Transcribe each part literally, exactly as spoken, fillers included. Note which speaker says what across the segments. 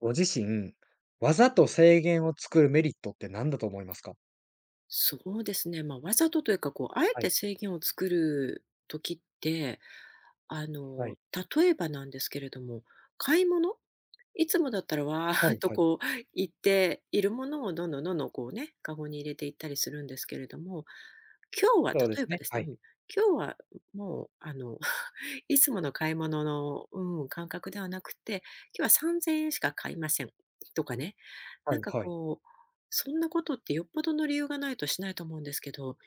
Speaker 1: ご自身、わざと制限を作るメリットって何だと思いますか？
Speaker 2: そうですね、まあ、わざとというか、こう、あえ
Speaker 1: は
Speaker 2: て
Speaker 1: い、
Speaker 2: 制限を作る時って、あ
Speaker 1: は
Speaker 2: の、
Speaker 1: い、
Speaker 2: 例えばなんですけれども、買い物、いつもだったらわ
Speaker 1: は
Speaker 2: ーっ
Speaker 1: い。
Speaker 2: と
Speaker 1: はい、
Speaker 2: こう行っているものをどんどんどんどんこうね、カゴに入れていったりするんですけれども、今日は
Speaker 1: そうで
Speaker 2: 例
Speaker 1: す
Speaker 2: えば
Speaker 1: ね。
Speaker 2: です
Speaker 1: は
Speaker 2: ね、う
Speaker 1: い。
Speaker 2: ん、今日はもうあのいつもの買い物の、うん、感覚ではなくて、今日はさんぜんえんしか買いませんとかね。
Speaker 1: は
Speaker 2: なん
Speaker 1: い、
Speaker 2: か
Speaker 1: はい、
Speaker 2: こう、そんなことってよっぽどの理由がないとしないと思うんですけど、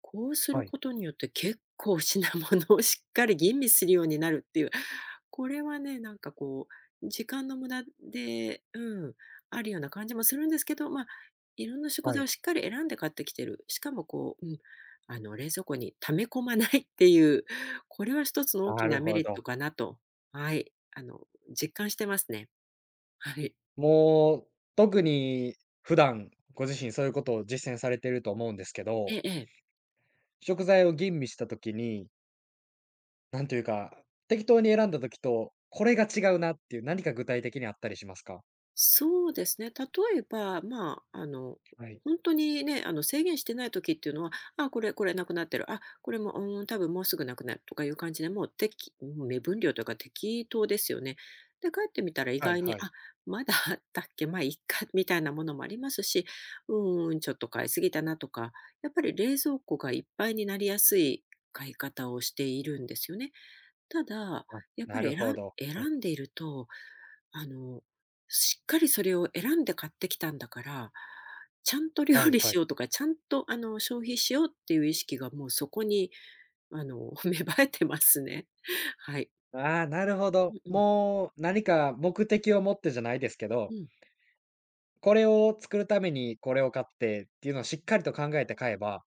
Speaker 2: こうす
Speaker 1: は
Speaker 2: る
Speaker 1: い、
Speaker 2: ことによって結構品物をしっかり吟味するようになるっていう、これはね、なんかこう、時間の無駄で、うん、あるような感じもするんですけど、まあ、いろんな食
Speaker 1: は
Speaker 2: 材を
Speaker 1: い。
Speaker 2: しっかり選んで買ってきてる。しかもこう、うん、あの、冷蔵庫に溜め込まないっていう、これは一つの大
Speaker 1: な
Speaker 2: きな
Speaker 1: る
Speaker 2: メ
Speaker 1: ほ
Speaker 2: リッ
Speaker 1: ど。
Speaker 2: トかなと、はい、あの、実感してますね。はい。
Speaker 1: もう、特に普段、ご自身そういうことを実践されていると思うんですけど、
Speaker 2: ええええ
Speaker 1: 食材を吟味した時に、なんというか、適当に選んだ時と、これが違うなっていう何か具体的にあったりしますか？
Speaker 2: そうですね。例えば、まあ、あの、
Speaker 1: はい、
Speaker 2: 本当にね、あの、制限してない時っていうのは、あ、これこれなくなってる、あ、これも、うん、多分もうすぐなくなるとかいう感じで、もう適もう目分量というか適当ですよね。で、帰ってみたら意
Speaker 1: はい
Speaker 2: 外に、
Speaker 1: はい。
Speaker 2: あ、まだ あったっけ、まあ、いっかみたいなものもありますし、うん、ちょっと買いすぎたなとか、やっぱり冷蔵庫がいっぱいになりやすい買い方をしているんですよね。ただ、
Speaker 1: はい。
Speaker 2: やっぱ
Speaker 1: なる
Speaker 2: り選
Speaker 1: ほ
Speaker 2: ん
Speaker 1: ど。
Speaker 2: 選
Speaker 1: はい、
Speaker 2: んでいるとあの、しっかりそれを選んで買ってきたんだから、ちゃんと
Speaker 1: は
Speaker 2: 料
Speaker 1: い
Speaker 2: 理
Speaker 1: は
Speaker 2: し
Speaker 1: い。
Speaker 2: ようとか、ちゃんとあの、消費しようっていう意識がもうそこにあの 芽生えてますね。はい。
Speaker 1: ああ、なるほ
Speaker 2: う
Speaker 1: ど。
Speaker 2: んうん。
Speaker 1: もう何か目的を持ってじゃないですけ
Speaker 2: う
Speaker 1: ど、
Speaker 2: ん。
Speaker 1: これを作るためにこれを買ってっていうのをしっかりと考えて買えば、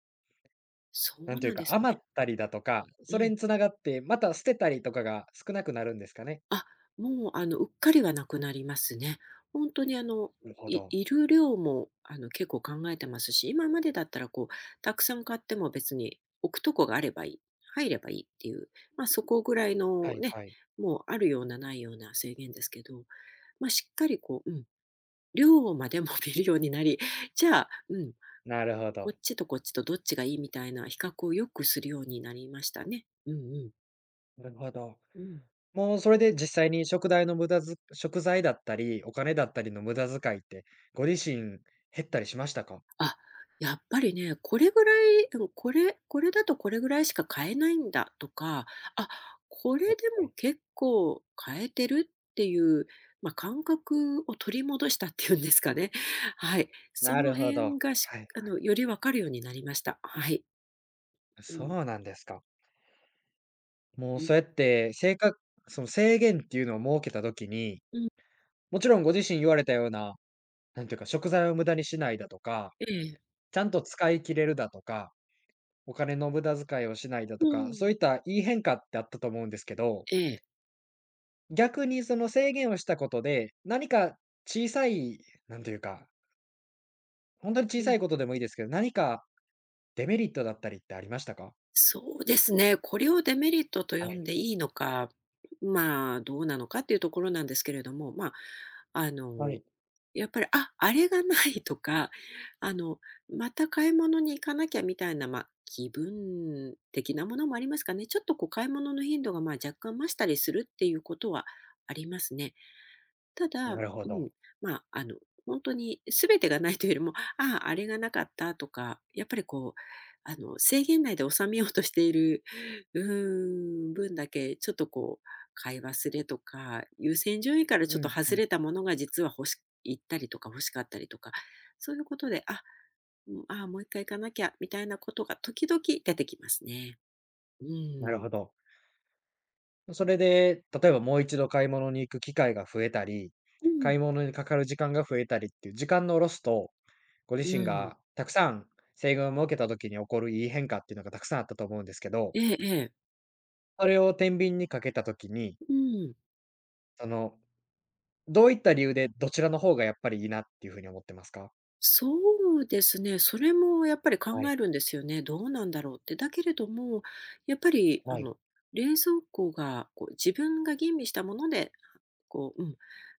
Speaker 2: そ
Speaker 1: な
Speaker 2: う
Speaker 1: んてい
Speaker 2: な
Speaker 1: う
Speaker 2: んで
Speaker 1: か、
Speaker 2: す
Speaker 1: 余
Speaker 2: ね。
Speaker 1: ったりだとか、
Speaker 2: う
Speaker 1: それ
Speaker 2: ん。
Speaker 1: に繋がって、また捨てたりとかが少なくなるんですかね。
Speaker 2: あ、もう、あの、うっかりはなくなりますね。本当に、あの、
Speaker 1: なるほ
Speaker 2: い
Speaker 1: ど。
Speaker 2: いる量も、あの、結構考えてますし、今までだったら、こう、たくさん買っても別に置くとこがあればいい、入ればいいっていう、まあ、そこぐらい
Speaker 1: は
Speaker 2: の
Speaker 1: い
Speaker 2: ね、
Speaker 1: はい。
Speaker 2: もうあるようなないような制限ですけど、まあ、しっかりこう、うん、量までも 見るようになり、じゃあ、うん、
Speaker 1: なるほ
Speaker 2: こ
Speaker 1: ど。
Speaker 2: っちとこっちとどっちがいいみたいな比較をよくするようになりましたね。うんうん。
Speaker 1: なるほど。
Speaker 2: うん。
Speaker 1: もうそれで実際に食材の無駄ず食材だったり、お金だったりの無駄遣いって、ご自身減ったりしましたか？
Speaker 2: あ、やっぱりね、これぐらい、うん、これこれだとこれぐらいしか買えないんだとか、あ、これで
Speaker 1: は
Speaker 2: も
Speaker 1: い。
Speaker 2: 結構買えてるっていう、まあ、感覚を取り戻したっていうんですかね。はい。そ
Speaker 1: な
Speaker 2: の
Speaker 1: るほ
Speaker 2: 辺
Speaker 1: ど。
Speaker 2: がし
Speaker 1: はいは
Speaker 2: あ
Speaker 1: い。
Speaker 2: の、よりわかるようになりました。はい。う
Speaker 1: そ
Speaker 2: ん、
Speaker 1: うなんですか。もう
Speaker 2: うん、
Speaker 1: そうやって、性格その制限っていうのを設けた時に、
Speaker 2: うん。
Speaker 1: もちろんご自身言われたような、なんていうか、食材を無駄にしないだとか、
Speaker 2: ええ。
Speaker 1: ちゃんと使い切れるだとか、お金の無駄遣いをしないだ
Speaker 2: う
Speaker 1: とか、そ
Speaker 2: ん。
Speaker 1: ういったいい変化ってあったと思うんですけど、
Speaker 2: ええ。
Speaker 1: 逆にその制限をしたことで、何か小さい、なんていうか、本当に小
Speaker 2: う
Speaker 1: さ
Speaker 2: ん。
Speaker 1: いことでもいいですけど、何かデメリットだったりってありましたか？
Speaker 2: そうですね。これをデメリットと
Speaker 1: は
Speaker 2: 呼
Speaker 1: い。
Speaker 2: んでいいのか、まあ、どうなのかっていうところなんですけれども、まあ、あ
Speaker 1: は
Speaker 2: の、
Speaker 1: い。
Speaker 2: やっぱり、あ、あれがないとか、あの、また買い物に行かなきゃみたいな、まあ、気分的なものもありますかね。ちょっとこう、買い物の頻度が、まあ、若干増したりするっていうことはありますね。ただ、う
Speaker 1: な
Speaker 2: ん、
Speaker 1: るほど。
Speaker 2: まあ、あの、本当に全てがないというよりも、ああ、あれがなかったとか、やっぱりこう、あの、制限内で収めようとしている、うーん、分だけ、ちょっとこう、買い忘れとか、優先順位からち
Speaker 1: う
Speaker 2: ょっと
Speaker 1: ん
Speaker 2: 外
Speaker 1: うん。
Speaker 2: れたものが実は欲しいったりとか欲しかったりとか、そういうことで、あ、うん、ああ、もう一回行かなきゃみたいなことが時々出てきますね。う
Speaker 1: なる
Speaker 2: ん。
Speaker 1: ほど。それで、例えばもう一度買い物に行く機会が増えたり、
Speaker 2: うん。
Speaker 1: 買い物にかかる時間が増えたりっていう時間のロスと、ご自
Speaker 2: う
Speaker 1: 身
Speaker 2: ん。
Speaker 1: がたくさん制限を設けた時に起こるいい変化っていうのがたくさんあったと思うんですけど、
Speaker 2: ええええ。
Speaker 1: それを天秤にかけた時に、
Speaker 2: うん
Speaker 1: その、どういった理由でどちらの方がやっぱりいいなっていうふうに思ってますか？
Speaker 2: そうですね、それもやっぱり考
Speaker 1: はい、
Speaker 2: えるんですよね。どうなんだろうって。だけれども、やっぱりあ
Speaker 1: はい、
Speaker 2: の冷蔵庫がこう自分が吟味したものでこう、うん、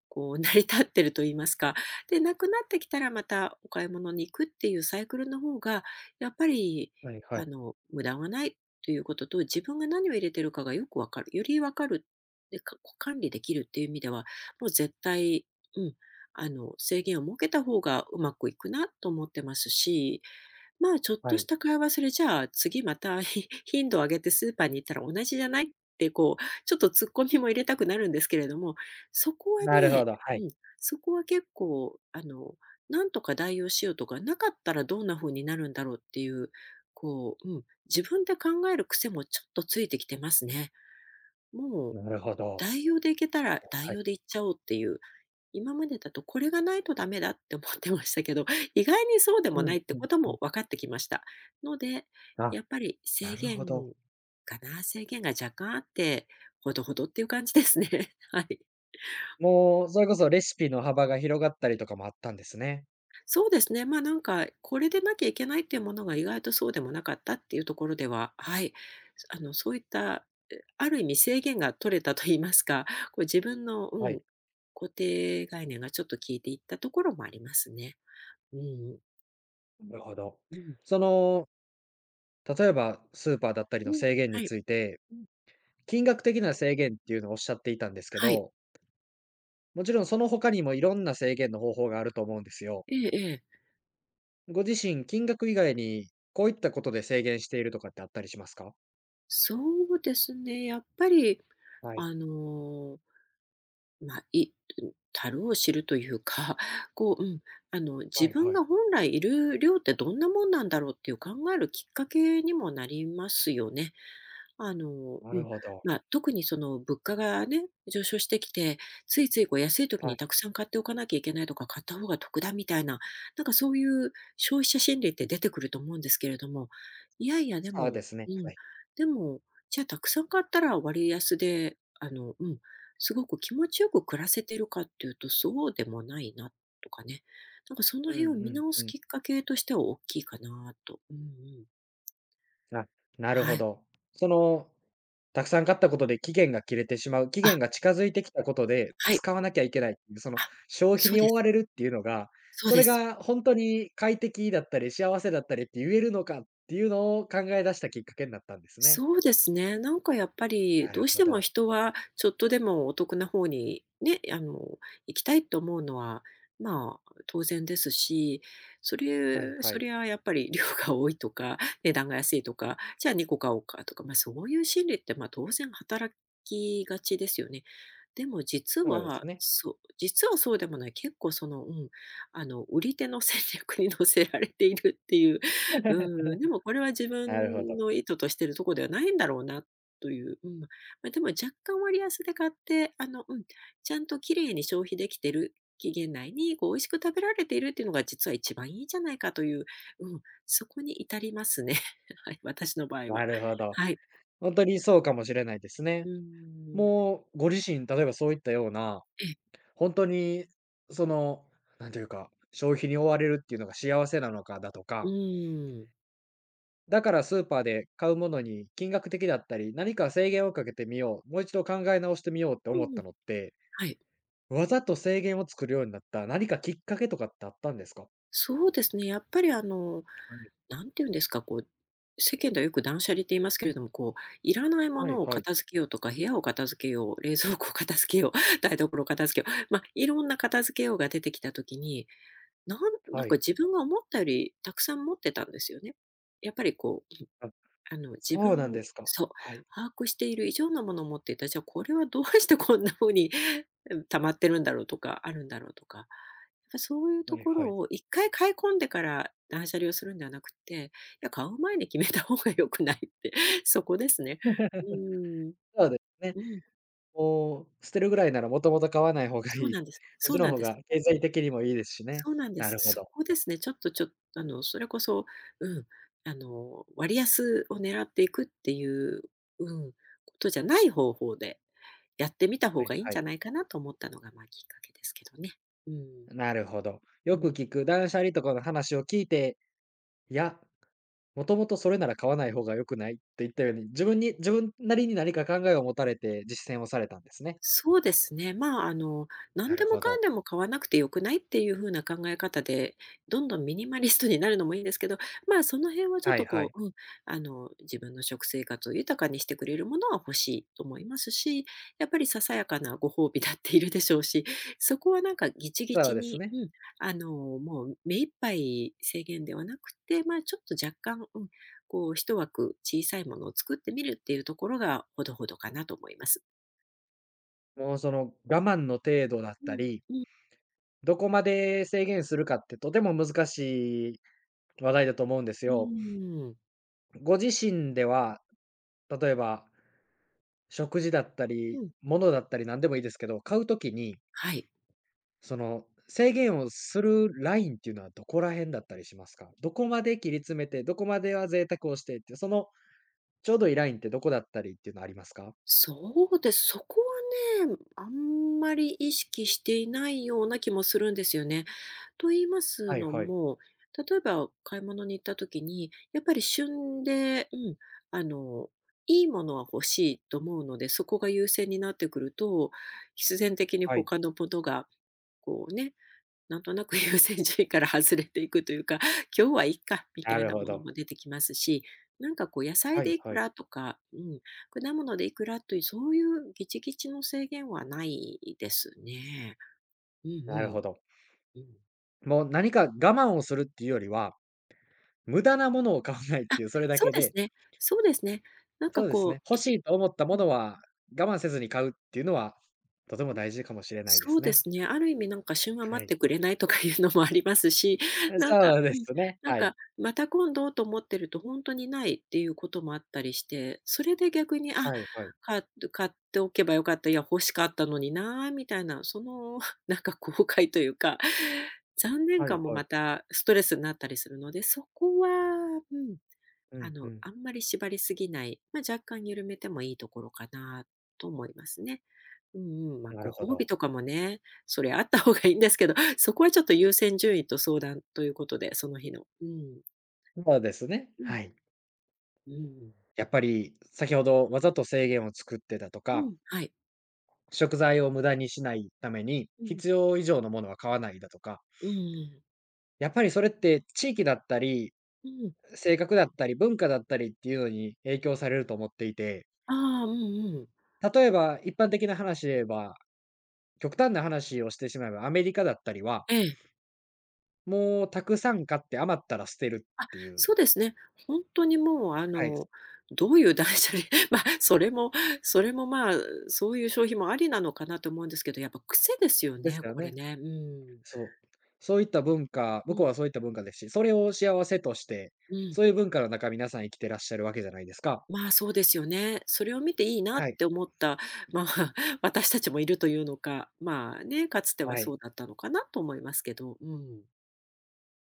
Speaker 2: こう成り立ってると言いますか。で、なくなってきたらまたお買い物に行くっていうサイクルの方が、やっぱり、
Speaker 1: はいはい、
Speaker 2: あの、無駄がないということと、自分が何を入れてるかがよくわかる。よりわかる。で、か管理できるっていう意味では、もう絶対、うん、あの、制限を設けた方がうまくいくなと思ってますし、まあ、ちょっ
Speaker 1: は
Speaker 2: とし
Speaker 1: い。
Speaker 2: た会話、それじゃあ、次また、ひ頻度を上げてスーパーに行ったら同じじゃない？ってこう、ちょっと突っ込みも入れたくなるんですけれども、そこは
Speaker 1: なるほ
Speaker 2: ね
Speaker 1: ど。はい、
Speaker 2: うん、そこは結構、あの、なんとか代用しようとか、なかったらどんな風になるんだろうっていう、こう、うん、自分で考える癖もちょっとついてきてますね。もう
Speaker 1: なるほど。
Speaker 2: 代用でいけたら代
Speaker 1: はい。
Speaker 2: 用でいっちゃおうっていう。今までだと、これがないとダメだって思ってましたけど、意外にそうで
Speaker 1: う
Speaker 2: も
Speaker 1: ん
Speaker 2: ないって
Speaker 1: うん
Speaker 2: こと
Speaker 1: うん。
Speaker 2: も分かってきました。ので、
Speaker 1: あ、
Speaker 2: やっぱり
Speaker 1: な
Speaker 2: 制
Speaker 1: るほど。
Speaker 2: 限かな、制限が若干あって、ほどほどっていう感じですね。はい。
Speaker 1: もう、それこそレシピの幅が広がったりとかもあったんですね。
Speaker 2: そうですね、ま、なんか、これでなきゃいけないっていうものが意外とそうでもなかったっていうところでは、はい、あの、そういった、え、ある意味制限が取れたと言いますか、こう自分の、
Speaker 1: は
Speaker 2: うん、
Speaker 1: い。
Speaker 2: 固定概念がちょっと効いていったところもありますね。うん。
Speaker 1: なるほど。
Speaker 2: うん。
Speaker 1: その、例えばスーパーだったり
Speaker 2: う
Speaker 1: の
Speaker 2: ん、
Speaker 1: 制限
Speaker 2: は
Speaker 1: に
Speaker 2: い。
Speaker 1: ついて、
Speaker 2: うん、
Speaker 1: 金額的な制限っていうのをおっしゃっていたんですけ
Speaker 2: はい。
Speaker 1: ど、もちろんその他にもいろんな制限の方法があると思うんですよ。
Speaker 2: ええええ。
Speaker 1: ご自身、金額以外にこういったことで制限しているとかってあったりしますか？
Speaker 2: そうですね、やっぱり、
Speaker 1: はい。
Speaker 2: あの、まあ、いうるを知るというか、こう、うん、あの、自
Speaker 1: はい
Speaker 2: 分
Speaker 1: はい。
Speaker 2: が本来いる量ってどんなもんなんだろうっていう考えるきっかけにもなりますよね。あの、
Speaker 1: な
Speaker 2: う
Speaker 1: る
Speaker 2: ん、
Speaker 1: ほど。
Speaker 2: まあ、特にその物価がね、上昇してきて、ついついこう安い時
Speaker 1: は
Speaker 2: にた
Speaker 1: い。
Speaker 2: くさん買っておかなきゃいけないとか、買った方が得だみたいな、なんかそういう消費者心理って出てくると思うんですけれども、いやいや、で
Speaker 1: そうで
Speaker 2: も、
Speaker 1: す
Speaker 2: う
Speaker 1: ね。
Speaker 2: ん、
Speaker 1: はい。
Speaker 2: でも、じゃあたくさん買ったら割安で、あの、うん、すごく気持ちよく暮らせてるかっていうと、そうでもないなとかね、なんかその
Speaker 1: うん
Speaker 2: 辺を
Speaker 1: う
Speaker 2: 見
Speaker 1: ん
Speaker 2: 直
Speaker 1: う
Speaker 2: す
Speaker 1: ん。
Speaker 2: きっかけとしては大きいかなと。うんうん。
Speaker 1: あ、なる
Speaker 2: は
Speaker 1: ほ
Speaker 2: い。
Speaker 1: ど。そのたくさん買ったことで期限が切れてしまう、期
Speaker 2: あ、
Speaker 1: 限が近づいてきたことで、
Speaker 2: はい。
Speaker 1: 使わなきゃいけないっていう、その
Speaker 2: あ、
Speaker 1: 消費
Speaker 2: そう
Speaker 1: に
Speaker 2: で
Speaker 1: 追わ
Speaker 2: す。
Speaker 1: れるっていうのが、
Speaker 2: そう
Speaker 1: そ
Speaker 2: で
Speaker 1: れ
Speaker 2: す。
Speaker 1: が本当に快適だったり、幸せだったりって言えるのかっていうのを考え出したきっかけになったんですね。
Speaker 2: そうですね。なんかやっぱ
Speaker 1: な
Speaker 2: り、ど
Speaker 1: る
Speaker 2: うし
Speaker 1: ほ
Speaker 2: ても
Speaker 1: ど。
Speaker 2: 人はちょっとでもお得な方にね、あの、行きたいと思うのは、まあ、当然ですし、それ
Speaker 1: はいは
Speaker 2: そ
Speaker 1: い。
Speaker 2: れはやっぱり量が多いとか、値段が安いとか、じゃあにこ買おうかとか、ま、そういう心理って、ま、当然働きがちですよね。でも実
Speaker 1: そうです
Speaker 2: は、
Speaker 1: ね。
Speaker 2: そう実はそうでもない、結構その、うん、あの、売り手の戦略に乗せられているっていう、 うん、でもこれは自
Speaker 1: なるほ
Speaker 2: 分
Speaker 1: ど。
Speaker 2: の意図としてるとこではないんだろうなという、うん。まあ、でも若干割安で買って、あの、うん、ちゃんと綺麗に消費できてる、期限内にこう美味しく食べられているっていうのが実は一番いいんじゃないかという、うん、そこに至りますね。はい、私の場合
Speaker 1: な
Speaker 2: は。
Speaker 1: るほど。
Speaker 2: はい。
Speaker 1: 本当にそうかもしれないです
Speaker 2: う
Speaker 1: ね。
Speaker 2: ん。
Speaker 1: もうご自身、例えばそういったような、
Speaker 2: え
Speaker 1: 本当にその、なんていうか、消費に追われるっていうのが幸せなのかだとかだからスーパーで買うものに金額的だったり、何か制限をかけてみよう、もう一度考え直してみようって
Speaker 2: う
Speaker 1: 思っ
Speaker 2: んう
Speaker 1: た
Speaker 2: ん、
Speaker 1: のって、
Speaker 2: はい。
Speaker 1: わざと制限を作るようになった何かきっかけとかってあったんですか？
Speaker 2: そうですね、やっぱりあの
Speaker 1: はい。
Speaker 2: なんていうんですか、こう、世間ではよく断捨離って言いますけれども、こう、いらないも
Speaker 1: はい
Speaker 2: のを
Speaker 1: はい。
Speaker 2: 片付けようとか、部屋を片付けよう、冷蔵庫を片付けよう、台所を片付けよう、まあ、いろんな片付けようが出てきた時に、なんなん
Speaker 1: は
Speaker 2: か
Speaker 1: い。
Speaker 2: 自分が思ったよりたくさん持ってたんですよね。やっぱりこう
Speaker 1: あ、
Speaker 2: あの、自
Speaker 1: そ
Speaker 2: 分
Speaker 1: うなんですか。
Speaker 2: そう、
Speaker 1: はい。
Speaker 2: 把握している以上のものを持っていた、じゃあこれはどうしてこんな風に、うん、溜まってるんだろうとか、あるんだろうとか、やっぱそういう
Speaker 1: は
Speaker 2: と
Speaker 1: い
Speaker 2: こ
Speaker 1: は
Speaker 2: ろ
Speaker 1: い。
Speaker 2: を一回買い込んでから断捨離をするんではなくて、いや、買う前に決めた方が良くないって、そこですね。うん。
Speaker 1: そうですね。
Speaker 2: うん。
Speaker 1: もう捨てるぐらいならもともと買わない方がい
Speaker 2: そう
Speaker 1: い。
Speaker 2: なんです。
Speaker 1: そっ
Speaker 2: そ
Speaker 1: ち
Speaker 2: う
Speaker 1: の
Speaker 2: なん
Speaker 1: 方
Speaker 2: で
Speaker 1: が
Speaker 2: す。
Speaker 1: 経済的にもいいですしね。
Speaker 2: そうなんで
Speaker 1: な
Speaker 2: す。
Speaker 1: るほ
Speaker 2: そ
Speaker 1: ど。
Speaker 2: こですね。ちょっとちょっとあの、それこそ、うん、あの、割安を狙っていくっていう、うん、ことじゃない方法でやってみた方
Speaker 1: はい
Speaker 2: がいいん
Speaker 1: は
Speaker 2: じ
Speaker 1: い。
Speaker 2: ゃないかなと思ったのが、まあ、きっかけですけどね。うん。
Speaker 1: なるほど。
Speaker 2: う
Speaker 1: よく
Speaker 2: ん。
Speaker 1: 聞く断捨離とかの話を聞いて、いやもともとそれなら買わない方が良くない？といったように、自分に自分なりに何か考えを持たれて実践をされたんですね。
Speaker 2: そうですね。まあ、あの、何
Speaker 1: な
Speaker 2: で
Speaker 1: る
Speaker 2: も
Speaker 1: ほ
Speaker 2: かん
Speaker 1: ど。
Speaker 2: でも買わなくてよくないっていう風な考え方で、どんどんミニマリストになるのもいいんですけど、まあ、その辺はちょっ
Speaker 1: はい
Speaker 2: と
Speaker 1: は
Speaker 2: こ
Speaker 1: い。
Speaker 2: う、うん、あの、自分の食生活を豊かにしてくれるものは欲しいと思いますし、やっぱりささやかなご褒美だっているでしょうし、そこはなんかギチギ
Speaker 1: そ
Speaker 2: チ
Speaker 1: うです
Speaker 2: に、
Speaker 1: ね。
Speaker 2: うん、あの、もう目いっぱい制限ではなくて、まあ、ちょっと若干、うん、こう、一枠小さいものを作ってみるっていうところがほどほどかなと思います。
Speaker 1: もうその我慢の程度だっ
Speaker 2: う
Speaker 1: た
Speaker 2: ん。
Speaker 1: り、
Speaker 2: うん。
Speaker 1: どこまで制限するかってとても難しい話題だと思うんです
Speaker 2: う
Speaker 1: よ。
Speaker 2: ーん。
Speaker 1: ご自身では、例えば食事だった
Speaker 2: う
Speaker 1: り、
Speaker 2: ん。
Speaker 1: 物だったり何でもいいですけど、買う時に、
Speaker 2: はい。
Speaker 1: その制限をするラインっていうのはどこら辺だったりしますか？どこまで切り詰めて、どこまでは贅沢をしてって、そのちょうどいいラインってどこだったりっていうのはありますか？
Speaker 2: そうです。そこはね、あんまり意識していないような気もするんですよね。と言います
Speaker 1: はい
Speaker 2: の
Speaker 1: はい。
Speaker 2: も、例えば買い物に行った時に、やっぱり旬で、うん、あの、いいものは欲しいと思うので、そこが優先になってくると、必然的に
Speaker 1: はい。
Speaker 2: 他のことがこうね、なんとなく優先順位から外れていくというか、今日はいっかみた
Speaker 1: な
Speaker 2: い
Speaker 1: る
Speaker 2: な
Speaker 1: ほ
Speaker 2: もの
Speaker 1: ど。
Speaker 2: も出てきますし、なんかこう野菜
Speaker 1: は
Speaker 2: で
Speaker 1: い
Speaker 2: いく
Speaker 1: はい。
Speaker 2: らとか、うん、果物でいくらという、そういうギチギチの制限はないですね。うん
Speaker 1: なる
Speaker 2: う
Speaker 1: ほど。
Speaker 2: ん。うん。
Speaker 1: もう何か我慢をするっていうよりは、無駄なものを買わないっ
Speaker 2: あ、
Speaker 1: ていう、それだ
Speaker 2: そう
Speaker 1: け
Speaker 2: です
Speaker 1: で、
Speaker 2: ね。そうですね。なんか
Speaker 1: そうです
Speaker 2: こ
Speaker 1: ね、
Speaker 2: う、
Speaker 1: 欲
Speaker 2: い
Speaker 1: しいと思ったものは我慢せずに買うっていうのは、とても大事かもしれないで
Speaker 2: そ
Speaker 1: す
Speaker 2: うで
Speaker 1: ね。
Speaker 2: すね。ある意味なんか旬は
Speaker 1: は
Speaker 2: 待って
Speaker 1: い。
Speaker 2: くれないとかいうのもありますし、なんか、
Speaker 1: そうで
Speaker 2: うん、
Speaker 1: すね、
Speaker 2: なん
Speaker 1: は
Speaker 2: か、
Speaker 1: い。
Speaker 2: また今度と思ってると本当にないっていうこともあったりして、それで逆に、あ、
Speaker 1: はいはい。
Speaker 2: か買っておけばよかった、いや欲しかったのになーみたいな、その なんか後悔というか、残念
Speaker 1: はい
Speaker 2: 感も
Speaker 1: はい。
Speaker 2: またストレスになったりするので、そこは、うん、
Speaker 1: う
Speaker 2: あ
Speaker 1: んう
Speaker 2: の、
Speaker 1: ん。
Speaker 2: あんまり縛りすぎない、まあ、若干緩めてもいいところかなと思いますね。うんうん。まあ、
Speaker 1: な
Speaker 2: ご
Speaker 1: るほ
Speaker 2: 褒美
Speaker 1: ど。
Speaker 2: とかもね、それあった方がいいんですけど、そこはちょっと優先順位と相談ということで、その日の。うん。
Speaker 1: そうですね、
Speaker 2: うん。
Speaker 1: はい。
Speaker 2: うん。
Speaker 1: やっぱり先ほどわざと制限を作ってたと
Speaker 2: う
Speaker 1: か
Speaker 2: ん、はい。
Speaker 1: 食材を無駄にしないために、
Speaker 2: うん。
Speaker 1: 必要以上のものは買わないだとか、
Speaker 2: うん。
Speaker 1: やっぱりそれって地域だったり、
Speaker 2: うん。
Speaker 1: 性格だったり、文化だったりっていうのに影響されると思っていて、
Speaker 2: ああ、うんうん。
Speaker 1: 例えば一般的な話で言えば、極端な話をしてしまえばアメリカだったりは、
Speaker 2: ええ。
Speaker 1: もうたくさん買って余ったら捨てるっ
Speaker 2: あ、
Speaker 1: ていう。
Speaker 2: そうですね。本当にもうあ
Speaker 1: はい、
Speaker 2: の、どういう断捨離、まあ、それもそれも、まあ、そういう消費もありなのかなと思うんですけど、やっぱ癖ですよ
Speaker 1: です
Speaker 2: ね、
Speaker 1: よ
Speaker 2: これ
Speaker 1: ね。
Speaker 2: ね。うん。
Speaker 1: そう。そういった文化
Speaker 2: う
Speaker 1: 向こ
Speaker 2: ん。
Speaker 1: うはそういった文化ですし、それを幸せとして、
Speaker 2: うん。
Speaker 1: そういう文化の中皆さん生きてらっしゃるわけじゃないですか。
Speaker 2: まあ、そうですよね。それを見ていいなっ
Speaker 1: はい、
Speaker 2: て思った、まあ 私たちもいるというのか、まあね、かつては
Speaker 1: は
Speaker 2: そ
Speaker 1: い。
Speaker 2: うだったのかなと思いますけど、うん。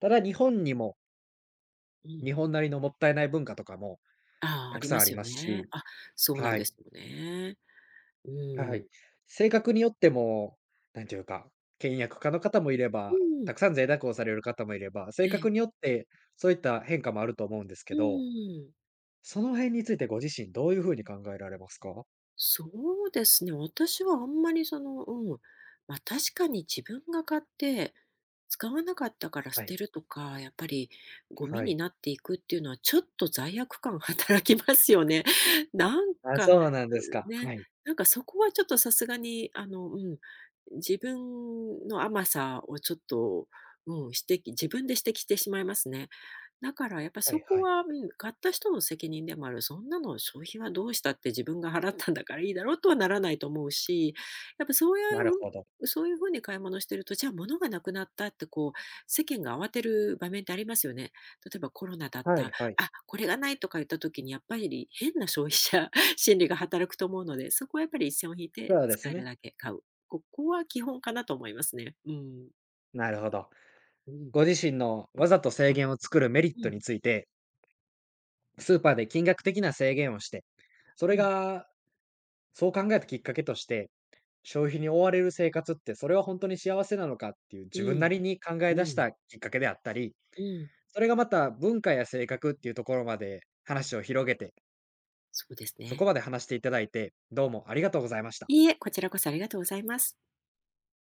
Speaker 1: ただ日本にも
Speaker 2: うん。
Speaker 1: 日本なりのもったいない文化とかも
Speaker 2: ああ、
Speaker 1: た
Speaker 2: あ
Speaker 1: く
Speaker 2: り
Speaker 1: さ
Speaker 2: ま
Speaker 1: んあ
Speaker 2: す
Speaker 1: り
Speaker 2: よ
Speaker 1: ます
Speaker 2: ね。
Speaker 1: し、
Speaker 2: あ、そうなん
Speaker 1: は
Speaker 2: で
Speaker 1: い、
Speaker 2: すよね。う
Speaker 1: はい。
Speaker 2: ん。
Speaker 1: 性格によっても、なんていうか、倹約家の方もいれ
Speaker 2: う
Speaker 1: ば、
Speaker 2: ん。
Speaker 1: たくさん贅沢をされる方もいれば、
Speaker 2: え
Speaker 1: 性
Speaker 2: え。
Speaker 1: 格によってそういった変化もあると思うんです
Speaker 2: う
Speaker 1: けど、
Speaker 2: ん。
Speaker 1: その辺についてご自身どういうふうに考えられますか？
Speaker 2: そうですね。私はあんまりその、うん。まあ、確かに自分が買って使わなかったから捨
Speaker 1: は
Speaker 2: て
Speaker 1: い、
Speaker 2: るとか、やっぱりゴミ
Speaker 1: は
Speaker 2: に
Speaker 1: い。
Speaker 2: なっていくっていうのはちょっと罪悪感 働きますよね。なん
Speaker 1: あ、
Speaker 2: か、
Speaker 1: そうなんです
Speaker 2: う
Speaker 1: か。
Speaker 2: んね、
Speaker 1: はい、
Speaker 2: なんかそこはちょっとさすがに、あの、うん、自分の甘さをちょっと、うん、指摘、自分で指摘してしまいますね。だからやっぱ
Speaker 1: は
Speaker 2: そ
Speaker 1: い
Speaker 2: こ
Speaker 1: はい。
Speaker 2: は、うん、買った人の責任でもある。そんなの消費はどうしたって自分が払ったんだからいいだろうとはならないと思うし、やっぱそうい
Speaker 1: なるほど。
Speaker 2: う、そういうふうに買い物してると、じゃあ物がなくなったってこう、世間が慌てる場面ってありますよね。例えばコロナだっ
Speaker 1: は
Speaker 2: た、
Speaker 1: いはい。
Speaker 2: あ、これがないとか言った時にやっぱり変な消費者 心理が働くと思うので、そこはやっぱり一線を引いて
Speaker 1: そうで
Speaker 2: 使
Speaker 1: す
Speaker 2: える
Speaker 1: ね。
Speaker 2: だけ買う。ここは基本かなと思いますね。うん。
Speaker 1: なるほど。
Speaker 2: うん。
Speaker 1: ご自身のわざと制限を作るメリッ
Speaker 2: う
Speaker 1: ト
Speaker 2: ん。
Speaker 1: についてスーパーで金額的な制限をして、そ
Speaker 2: う
Speaker 1: れ
Speaker 2: ん。
Speaker 1: が、そう考えたきっかけとして、消費に追われる生活って、それは本当に幸せなのかっていう
Speaker 2: う
Speaker 1: 自分な
Speaker 2: ん。
Speaker 1: りに考え
Speaker 2: う
Speaker 1: 出し
Speaker 2: ん。
Speaker 1: たきっかけであったり、
Speaker 2: うん。
Speaker 1: それがまた文化や性格っていうところまで話を広げて、
Speaker 2: そうです
Speaker 1: そ
Speaker 2: ね。
Speaker 1: こまで話していただいて、どうもありがとうございました。
Speaker 2: いいえ、こちらこそありがとうございます。